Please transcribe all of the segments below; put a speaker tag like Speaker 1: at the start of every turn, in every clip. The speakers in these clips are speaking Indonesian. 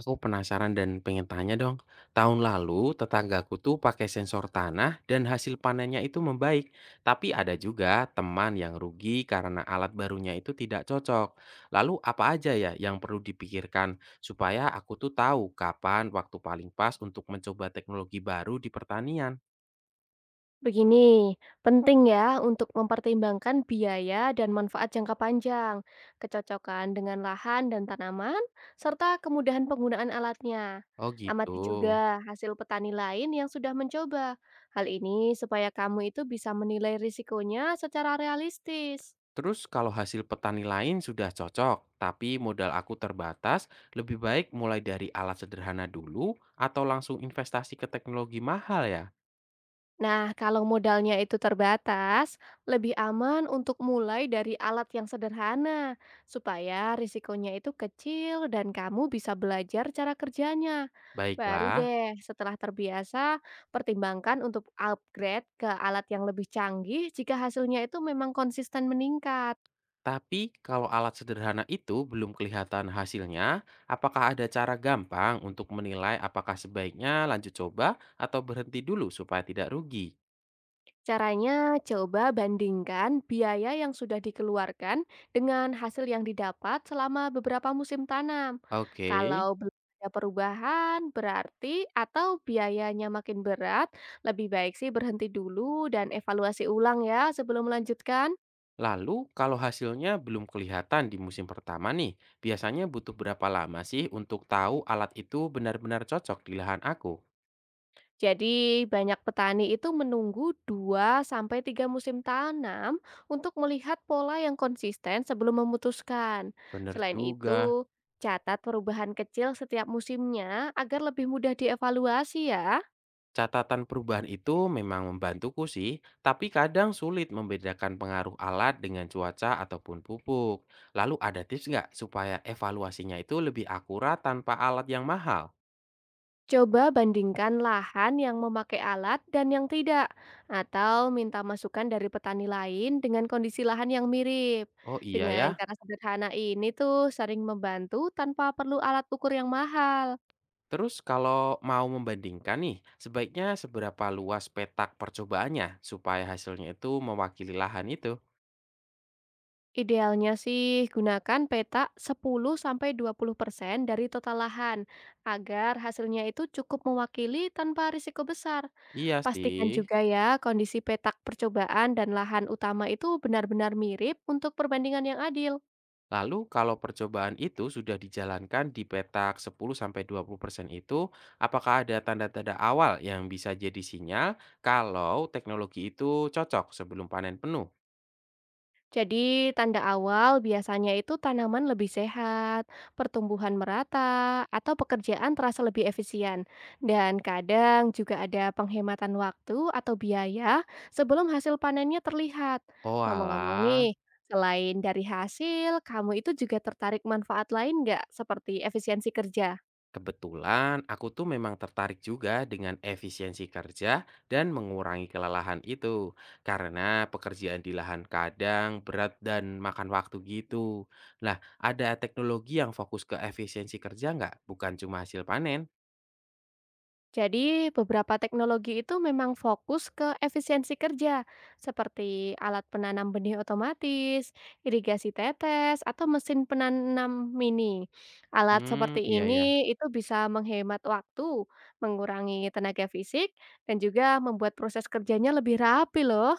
Speaker 1: Aku penasaran dan pengen tanya dong. Tahun lalu tetanggaku tuh pakai sensor tanah dan hasil panennya itu membaik. Tapi ada juga teman yang rugi karena alat barunya itu tidak cocok. Lalu apa aja ya yang perlu dipikirkan supaya aku tuh tahu kapan waktu paling pas untuk mencoba teknologi baru di pertanian?
Speaker 2: Begini, penting ya untuk mempertimbangkan biaya dan manfaat jangka panjang, kecocokan dengan lahan dan tanaman, serta kemudahan penggunaan alatnya.
Speaker 1: Oh gitu.
Speaker 2: Amati juga hasil petani lain yang sudah mencoba. Hal ini supaya kamu itu bisa menilai risikonya secara realistis.
Speaker 1: Terus kalau hasil petani lain sudah cocok, tapi modal aku terbatas, lebih baik mulai dari alat sederhana dulu atau langsung investasi ke teknologi mahal ya?
Speaker 2: Nah, kalau modalnya itu terbatas, lebih aman untuk mulai dari alat yang sederhana, supaya risikonya itu kecil dan kamu bisa belajar cara kerjanya. Baru
Speaker 1: Baiklah,
Speaker 2: deh, setelah terbiasa, pertimbangkan untuk upgrade ke alat yang lebih canggih jika hasilnya itu memang konsisten meningkat.
Speaker 1: tapi kalau alat sederhana itu belum kelihatan hasilnya, apakah ada cara gampang untuk menilai apakah sebaiknya lanjut coba atau berhenti dulu supaya tidak rugi?
Speaker 2: Caranya, coba bandingkan biaya yang sudah dikeluarkan dengan hasil yang didapat selama beberapa musim tanam.
Speaker 1: Oke.
Speaker 2: Kalau belum ada perubahan, berarti atau biayanya makin berat, lebih baik sih berhenti dulu dan evaluasi ulang ya sebelum melanjutkan.
Speaker 1: Lalu, kalau hasilnya belum kelihatan di musim pertama nih, biasanya butuh berapa lama sih untuk tahu alat itu benar-benar cocok di lahan aku?
Speaker 2: Jadi banyak petani itu menunggu 2 sampai 3 musim tanam untuk melihat pola yang konsisten sebelum memutuskan.
Speaker 1: Bener
Speaker 2: Selain
Speaker 1: juga.
Speaker 2: itu, catat perubahan kecil setiap musimnya agar lebih mudah dievaluasi ya.
Speaker 1: Catatan perubahan itu memang membantuku sih, tapi kadang sulit membedakan pengaruh alat dengan cuaca ataupun pupuk. Lalu ada tips nggak supaya evaluasinya itu lebih akurat tanpa alat yang mahal?
Speaker 2: Coba bandingkan lahan yang memakai alat dan yang tidak, atau minta masukan dari petani lain dengan kondisi lahan yang mirip.
Speaker 1: Oh iya
Speaker 2: Dengan
Speaker 1: ya.
Speaker 2: cara sederhana ini tuh sering membantu tanpa perlu alat ukur yang mahal.
Speaker 1: Terus kalau mau membandingkan nih, sebaiknya seberapa luas petak percobaannya supaya hasilnya itu mewakili lahan itu?
Speaker 2: Idealnya sih gunakan peta 10 sampai 20 persen dari total lahan agar hasilnya itu cukup mewakili tanpa risiko besar.
Speaker 1: Iya
Speaker 2: Pastikan
Speaker 1: sih.
Speaker 2: juga ya kondisi petak percobaan dan lahan utama itu benar-benar mirip untuk perbandingan yang adil.
Speaker 1: Lalu kalau percobaan itu sudah dijalankan di petak 10-20% itu, apakah ada tanda-tanda awal yang bisa jadi sinyal kalau teknologi itu cocok sebelum panen penuh?
Speaker 2: Jadi, tanda awal biasanya itu tanaman lebih sehat, pertumbuhan merata, atau pekerjaan terasa lebih efisien. Dan kadang juga ada penghematan waktu atau biaya sebelum hasil panennya terlihat.
Speaker 1: Oh
Speaker 2: Ngomong-ngomong
Speaker 1: alah.
Speaker 2: nih, selain dari hasil, kamu itu juga tertarik manfaat lain nggak? Seperti efisiensi kerja?
Speaker 1: Kebetulan aku tuh memang tertarik juga dengan efisiensi kerja dan mengurangi kelelahan itu karena pekerjaan di lahan kadang berat dan makan waktu gitu. Nah, ada teknologi yang fokus ke efisiensi kerja nggak? Bukan cuma hasil panen.
Speaker 2: Jadi, beberapa teknologi itu memang fokus ke efisiensi kerja, seperti alat penanam benih otomatis, irigasi tetes, atau mesin penanam mini. Alat
Speaker 1: Hmm,
Speaker 2: seperti
Speaker 1: iya ya.
Speaker 2: ini itu bisa menghemat waktu, mengurangi tenaga fisik, dan juga membuat proses kerjanya lebih rapi loh.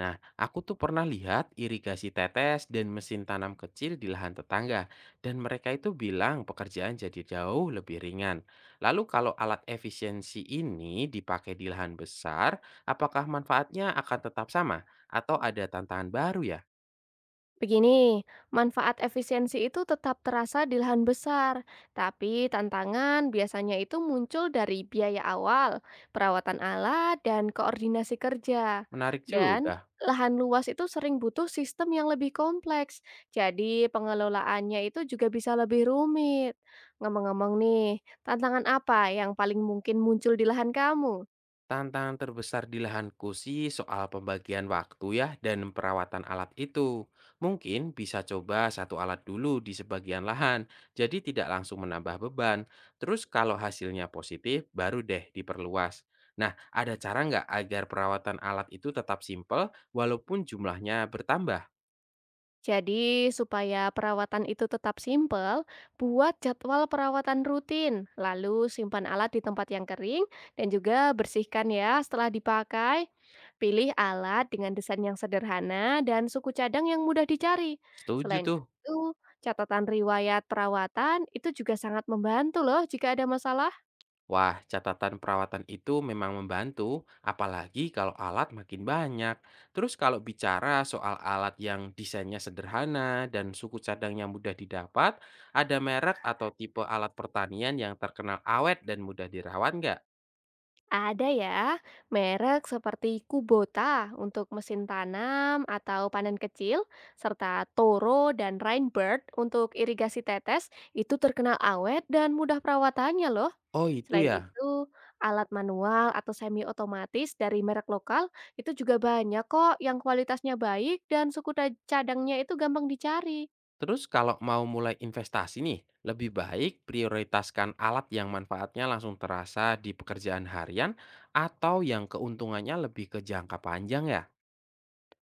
Speaker 1: Nah, aku tuh pernah lihat irigasi tetes dan mesin tanam kecil di lahan tetangga, dan mereka itu bilang pekerjaan jadi jauh lebih ringan. Lalu kalau alat efisiensi ini dipakai di lahan besar, apakah manfaatnya akan tetap sama atau ada tantangan baru ya?
Speaker 2: Begini, manfaat efisiensi itu tetap terasa di lahan besar, tapi tantangan biasanya itu muncul dari biaya awal, perawatan alat, dan koordinasi kerja.
Speaker 1: Menarik
Speaker 2: Dan
Speaker 1: juga.
Speaker 2: lahan luas itu sering butuh sistem yang lebih kompleks, jadi pengelolaannya itu juga bisa lebih rumit. Ngomong-ngomong nih, tantangan apa yang paling mungkin muncul di lahan kamu?
Speaker 1: Tantangan terbesar di lahanku sih soal pembagian waktu ya dan perawatan alat itu. Mungkin bisa coba satu alat dulu di sebagian lahan, jadi tidak langsung menambah beban. Terus kalau hasilnya positif, baru deh diperluas. Nah, ada cara nggak agar perawatan alat itu tetap simpel walaupun jumlahnya bertambah?
Speaker 2: Jadi, supaya perawatan itu tetap simpel, buat jadwal perawatan rutin, lalu simpan alat di tempat yang kering, dan juga bersihkan ya setelah dipakai. Pilih alat dengan desain yang sederhana dan suku cadang yang mudah dicari.
Speaker 1: Setuju
Speaker 2: Selain
Speaker 1: tuh.
Speaker 2: itu, catatan riwayat perawatan itu juga sangat membantu loh jika ada masalah.
Speaker 1: Wah, catatan perawatan itu memang membantu, apalagi kalau alat makin banyak. Terus kalau bicara soal alat yang desainnya sederhana dan suku cadangnya mudah didapat, ada merek atau tipe alat pertanian yang terkenal awet dan mudah dirawat nggak?
Speaker 2: Ada ya, merek seperti Kubota untuk mesin tanam atau panen kecil, serta Toro dan Rainbird untuk irigasi tetes itu terkenal awet dan mudah perawatannya loh.
Speaker 1: Oh itu
Speaker 2: Selain
Speaker 1: ya.
Speaker 2: itu, alat manual atau semi otomatis dari merek lokal itu juga banyak kok yang kualitasnya baik dan cadangnya itu gampang dicari.
Speaker 1: Terus kalau mau mulai investasi nih, lebih baik prioritaskan alat yang manfaatnya langsung terasa di pekerjaan harian atau yang keuntungannya lebih ke jangka panjang ya.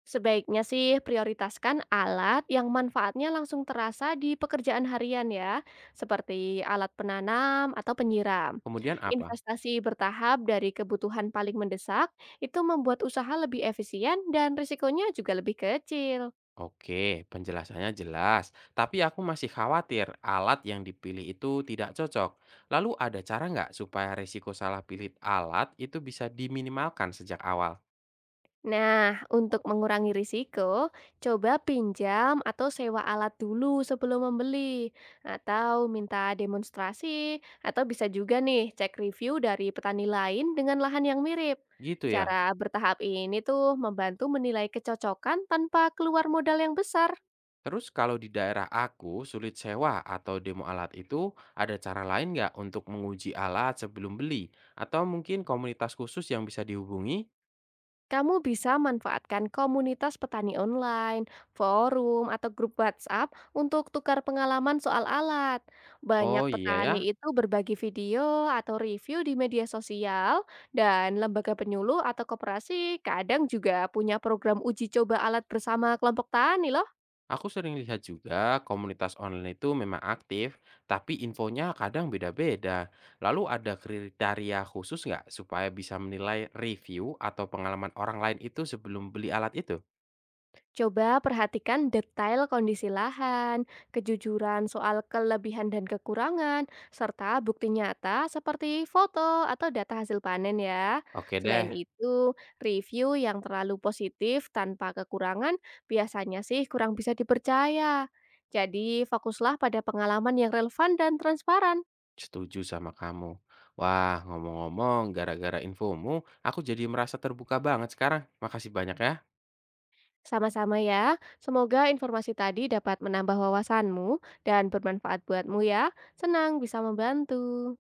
Speaker 2: Sebaiknya sih prioritaskan alat yang manfaatnya langsung terasa di pekerjaan harian ya, seperti alat penanam atau penyiram.
Speaker 1: Kemudian apa?
Speaker 2: Investasi bertahap dari kebutuhan paling mendesak itu membuat usaha lebih efisien dan risikonya juga lebih kecil.
Speaker 1: Oke, penjelasannya jelas. Tapi aku masih khawatir alat yang dipilih itu tidak cocok. Lalu ada cara nggak supaya risiko salah pilih alat itu bisa diminimalkan sejak awal?
Speaker 2: Nah, untuk mengurangi risiko, coba pinjam atau sewa alat dulu sebelum membeli, atau minta demonstrasi, atau bisa juga nih cek review dari petani lain dengan lahan yang mirip.
Speaker 1: Gitu ya.
Speaker 2: Cara bertahap ini tuh membantu menilai kecocokan tanpa keluar modal yang besar.
Speaker 1: Terus kalau di daerah aku sulit sewa atau demo alat itu, ada cara lain nggak untuk menguji alat sebelum beli? Atau mungkin komunitas khusus yang bisa dihubungi?
Speaker 2: Kamu bisa manfaatkan komunitas petani online, forum, atau grup WhatsApp untuk tukar pengalaman soal alat. Banyak
Speaker 1: Oh iya ya.
Speaker 2: petani itu berbagi video atau review di media sosial, dan lembaga penyuluh atau koperasi kadang juga punya program uji coba alat bersama kelompok tani loh.
Speaker 1: Aku sering lihat juga komunitas online itu memang aktif, tapi infonya kadang beda-beda. Lalu ada kriteria khusus nggak supaya bisa menilai review atau pengalaman orang lain itu sebelum beli alat itu?
Speaker 2: Coba perhatikan detail kondisi lahan, kejujuran soal kelebihan dan kekurangan, serta bukti nyata seperti foto atau data hasil panen ya.
Speaker 1: Oke
Speaker 2: Selain
Speaker 1: deh,
Speaker 2: itu, review yang terlalu positif tanpa kekurangan biasanya sih kurang bisa dipercaya. Jadi, fokuslah pada pengalaman yang relevan dan transparan.
Speaker 1: setuju sama kamu. Wah, ngomong-ngomong, gara-gara infomu, aku jadi merasa terbuka banget sekarang. Makasih banyak ya.
Speaker 2: Sama-sama ya, semoga informasi tadi dapat menambah wawasanmu dan bermanfaat buatmu ya. Senang bisa membantu.